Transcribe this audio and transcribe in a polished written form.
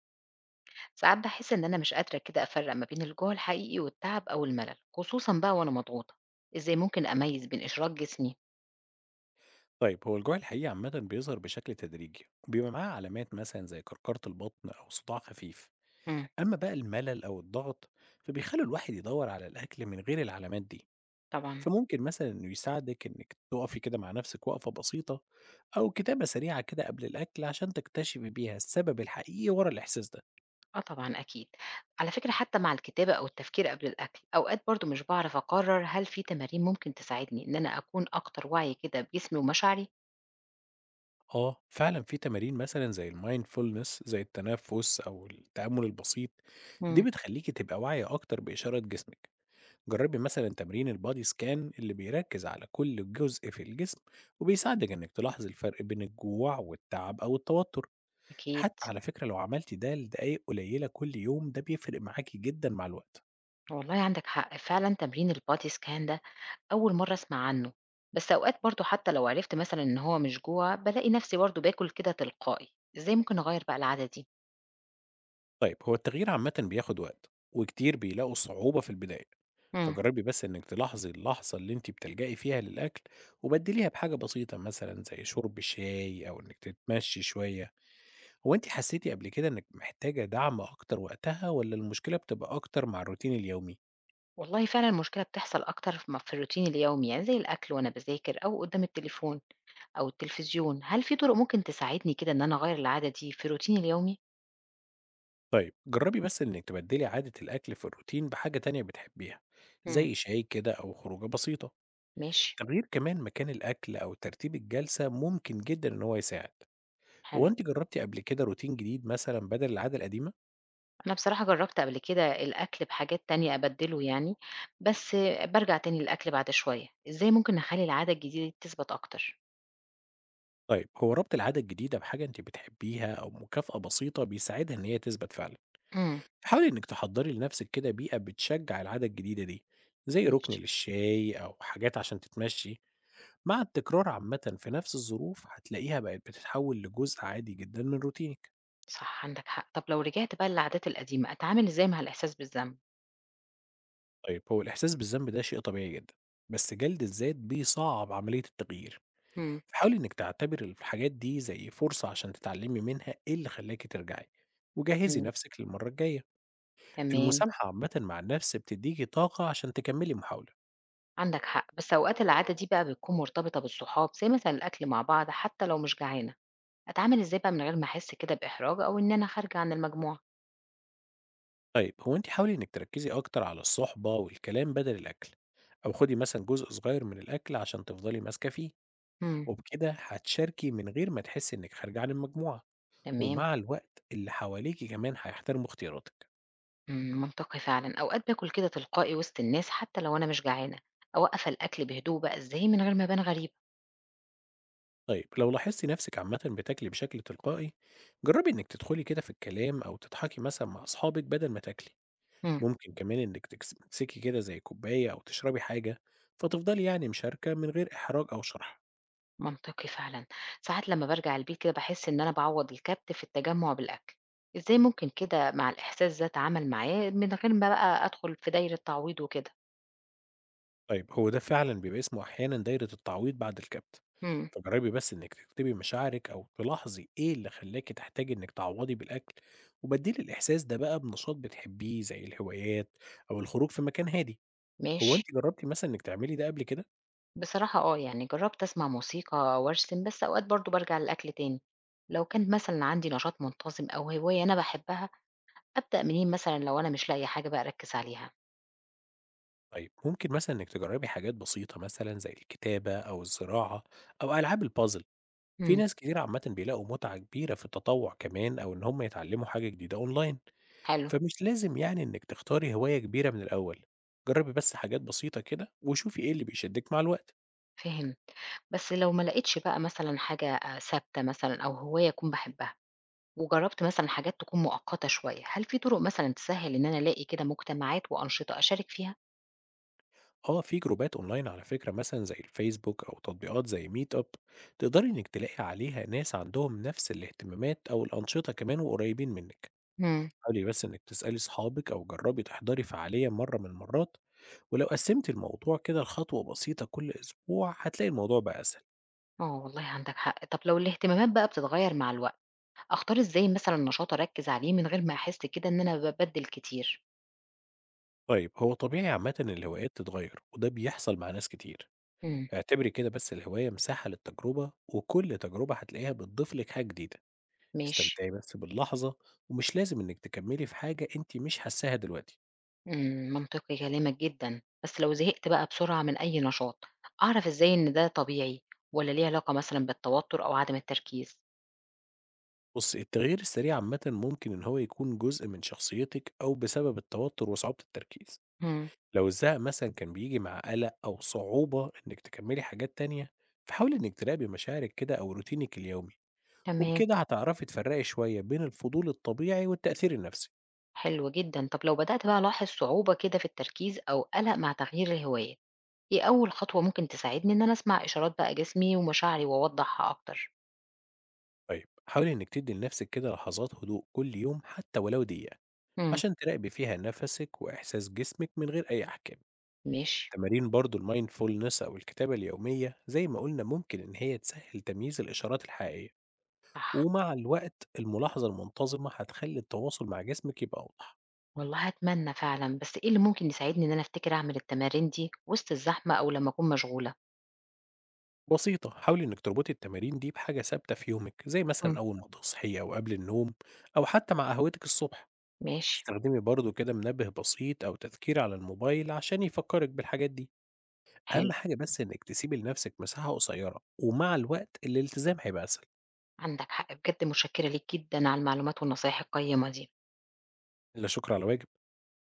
ساعات باحس إن أنا مش قادرة كده أفرّق ما بين الجوع الحقيقي والتعب أو الملل، خصوصًا بقى وأنا مضغوطة، إزاي ممكن أميّز بين إشراك جسمي؟ طيب هو الجوع الحقيقي عامة بيظهر بشكل تدريجي وبيبقى معاه علامات مثلا زي كركرة البطن أو صداع خفيف. إمم، أما بقى الملل أو الضغط فبيخلوا الواحد يدور على الأكل من غير العلامات دي، طبعًا. فممكن مثلا إنه يساعدك إنك تقفي كده مع نفسك وقفة بسيطة أو كتابة سريعة كده قبل الأكل عشان تكتشفي بيها السبب الحقيقي ورا الإحساس ده. آه طبعًا أكيد، على فكرة حتى مع الكتابة أو التفكير قبل الأكل، أوقات برضه مش باعرف أقرّر هل في تمارين ممكن تساعدني إن أنا أكون أكتر وعي كده بجسمي ومشاعري؟ آه فعلا في تمارين مثلا زي المايندفولنس زي التنفس أو التأمل البسيط، دي إمم، بتخليكي تبقى واعية أكتر بإشارات جسمك. جربي مثلا تمرين البادي سكان اللي بيركز على كل جزء في الجسم وبيساعدك انك تلاحظ الفرق بين الجوع والتعب او التوتر. أكيد. حتى على فكرة لو عملتي ده لدقايق قليلة كل يوم ده بيفرق معاكي جدا مع الوقت. والله عندك حق، فعلًا تمرين الbody scan ده أول مرّة أسمع عنه، بس أوقات برضه حتى لو عرفت مثلًا إن هو مش جوع، بالاقي نفسي برضه باكل كده تلقائي، إزاي ممكن أغيّر بقى العادة دي؟ طيب هو التغيير عامة بياخد وقت وكتير بيلاقوا صعوبة في البداية، إمم. فجربي بس انك تلاحظي اللحظة اللي انت بتلجأي فيها للأكل وبدليها بحاجة بسيطة مثلا زي شرب شاي او انك تتمشي شوية. هو أنتِ حسيتِ قبل كده إنِّك محتاجة دعم أكتر وقتها والّا المشكلة بتبقى أكتر مع الروتين اليومي؟ والله فعلًا المشكلة بتحصل أكتر ف م في الروتين اليومي، يعني زي الأكل وأنا باذاكر أو قدّام التليفون أو التلفزيون. هل في طُرق ممكن تساعدني كده إن أنا أغيّر العادة دي في روتيني اليومي؟ طيب جرّبي بس إنِّك تبدّلي عادة الأكل في الروتين بحاجة تانية بتحبيها، إمم، زي شاي كده أو خروجة بسيطة. ماشي، تغيير كمان مكان الأكل أو ترتيب الجلسة ممكن جدًا إن هو يساعد. هو حلو. أنتِ جرّبتِ قبل كده روتين جديد مثلًا بدل العادة القديمة؟ أنا بصراحة جرّبت قبل كده الأكل بحاجات تانية أبدّله يعني، بس بارجع تاني للأكل بعد شوية. إزاي ممكن نخلّي العادة الجديدة دي تثبت أكتر؟ طيب هو ربط العادة الجديدة بحاجة أنتِ بتحبيها أو مكافأة بسيطة بيساعدها إن هي تثبت فعلًا. إمم، حاولي إنك تحضري لنفسك كده بيئة بتشجع العادة الجديدة دي، زي ركن ماشي، للشاي أو حاجات عشان تتمشي. مع التكرار عامة في نفس الظروف هتلاقيها بقت بتتحول لجزء عادي جدا من روتينك. صح عندك حق. طب لو رجعت بقى للعادات القديمة، أتعامل إزاي مع الإحساس بالذنب؟ طيب هو الإحساس بالذنب ده شيء طبيعي جدا، بس جلد الذات بيصعب عملية التغيير، إمم، فحاولي إنك تعتبر الحاجات دي زي فرصة عشان تتعلمي منها إيه اللي خلاكي ترجعي وجهزي إمم، نفسك للمرة الجاية. تمام. المسامحة عامة مع النفس بتديكي طاقة عشان تكملي محاولة. عندك حق بس أوقات العادة دي بقى بتكون مرتبطة بالصحاب زي مثلا الأكل مع بعض حتى لو مش جعانة أتعامل إزاي بقى من غير ما أحس كده بإحراج أو إن أنا خارجة عن المجموعة. طيب هو أنتِ حاولي إنِّك تركّزي أكتر على الصُحبة والكلام بدل الأكل، أو خُدي مثلًا جزء صغير من الأكل عشان تفضلي ماسكة فيه، امم، وبكده هتشاركي من غير ما تحسّي إنِّك خارجة عن المجموعة، تمام. ومع الوقت اللي حواليكِ كمان هيحترموا اختياراتِك. امم، منطقي فعلا، أوقات باكل كده تلقائي وسط الناس حتى لو أنا مش جعانة، أوقف الأكل بهدوء بقى إزاي من غير ما أبان غريبة. طيب لو لاحظتِ نَفْسِك عامةً بتاكلي بشكل تلقائي، جرّبي إنِّك تدخلي كده في الكلام أو تضحكي مثلًا مع أصحابِك بدل ما تاكلي، امم، ممكن كمان إنِّك تمسكي كده زي كوباية أو تشربي حاجة، فتفضلي يعني مشاركة من غير إحراج أو شَرْح. منطقي فعلا. ساعات لما برجع البيت كده بحس إن أنا بعوض الكبت في التجمع بالأكل، إزاي ممكن كده مع الإحساس ده أتعامل معاه من غير ما بقى أدخل في دايرة تعويض وكده. طيب هو ده فعلًا بيبقى اسمه أحيانًا دايرة التعويض بعد الكبت، امم، فجربي بس إنِك تكتبي مشاعرِك أو تلاحظي إيه اللي خلاكِ تحتاجي إنِك تعوضي بالأكل، وبدّلي الإحساس ده بقى بنشاط بتحبيه زي الهوايات أو الخروج في مكان هادي. هو أنتِ ماشي. جربتِ مثلًا إنِك تعملي ده قبل كده؟ بصراحة آه، يعني جرّبت أسمع موسيقى أو أرسم، بس أوقات برضه بارجع للأكل تاني. لو كان مثلًا عندي نشاط منتظم أو هواية أنا باحبها، أبدأ منين مثلًا لو أنا مش لاقية حاجة بقى أركّز عليها؟ طيب ممكن مثلًا إنِك تجربي حاجات بسيطة مثلًا زي الكتابة أو الزراعة أو ألعاب الpuzzle، في إمم، ناس كتير عامةً بيلاقوا متعة كبيرة في التطوع كمان أو إن هم يتعلموا حاجة جديدة أونلاين. حلو، فمش لازم يعني إنِّك تختاري هواية كبيرة من الأول، جرّبي بس حاجات بسيطة كده وشوفي إيه اللي بيشدِّك مع الوقت. فهمت. بس لو ما لقيتش بقى مثلًا حاجة ثابتة مثلًا أو هواية أكون باحبها، وجرّبت مثلًا حاجات تكون مؤقتة شوية، هل في طُرق مثلًا تسهّل إن أنا ألاقي كده مجتمعات وأنشطة أشارك فيها؟ آه، في جروبات أونلاين على فكرة مثلًا زي الفيسبوك أو تطبيقات زي meetup، تقدري إنِّك تلاقي عليها ناس عندهم نفس الاهتمامات أو الأنشطة كمان وقريبين منِّك. إمم، حاولي بس إنِّك تسألي صحابِك أو جرّبي تحضري فعالية مرّة من المرّات، ولو قسّمتِ الموضوع كده لخطوة بسيطة كل أسبوع هتلاقي الموضوع بقى أسهل. آه والله عندك حق. طب لو الاهتمامات بقى بتتغيّر مع الوقت أختار إزاي مثلًا نشاط أركّز عليه من غير ما أحس كده إن أنا بابدِّل كتير؟ طيب، هو طبيعي عامةً الهوايات تتغيّر وده بيحصل مع ناس كتير. إمم، اعتبري كده بس الهواية مساحة للتجربة وكل تجربة هتلاقيها بتضيف لك حاجة جديدة. ماشي، استمتعي بس باللحظة ومش لازم انك تكملي في حاجة انت مش حاساها دلوقتي. إمم، منطقي كلامك جدًا، بس لو زهقت بقى بسرعة من أي نشاط، أعرف إزاي إن ده طبيعي والّا ليه علاقة مثلًا بالتوتر أو عدم التركيز؟ بص التغيير السريع عامة ممكن ان هو يكون جزء من شخصيتك او بسبب التوتر وصعوبة التركيز. إمم، لو الزهق مثلا كان بيجي مع قلق او صعوبة انك تكملي حاجات تانية، فحاولي انك تراقبي مشاعرك كده او روتينك اليومي، تمام، وبكده هتعرفي تفرقي شوية بين الفضول الطبيعي والتأثير النفسي. حلو جدًا. طب لو بدأت بقى ألاحظ صعوبة كده في التركيز أو قَلَق مع تغيير الهواية، إيه أول خطوة ممكن تساعدني إن أنا أسمع إشارات بقى جسمي ومشاعري وأوضّحها أكتر؟ طيب حاولي إنك تدي لنفسك كده لحظات هدوء كل يوم حتى ولو دقيقة، إمم، عشان تراقبي فيها نفسك وإحساس جسمك من غير أي أحكام. ماشي، تمارين برضو المايندفولنس أو الكتابة اليومية زي ما قلنا ممكن إن هي تسهل تمييز الإشارات الحقيقية، صح. ومع الوقت الملاحظة المنتظمة هتخلي التواصل مع جسمك يبقى أوضح. والله أتمنى فعلًا، بس إيه اللي ممكن يساعدني إن أنا أفتكر أعمل التمارين دي وسط الزحمة أو لمّا أكون مشغولة؟ بسيطة، حاولي إنك تربطي التمارين دي بحاجة ثابتة في يومك زي مثلا إمم. أول ما تصحي أو قبل النوم أو حتى مع قهوتك الصبح. ماشي، استخدمي برضه كده منبه بسيط أو تذكير على الموبايل عشان يفكرك بالحاجات دي. أهم حلو، حاجة بس إنك تسيبي لنفسك مساحة قصيرة، ومع الوقت الالتزام هيبقى أسهل. عندك حق، بجد متشكرة ليك جدًا على المعلومات والنصايح القيّمة دي. لا شكر على واجب.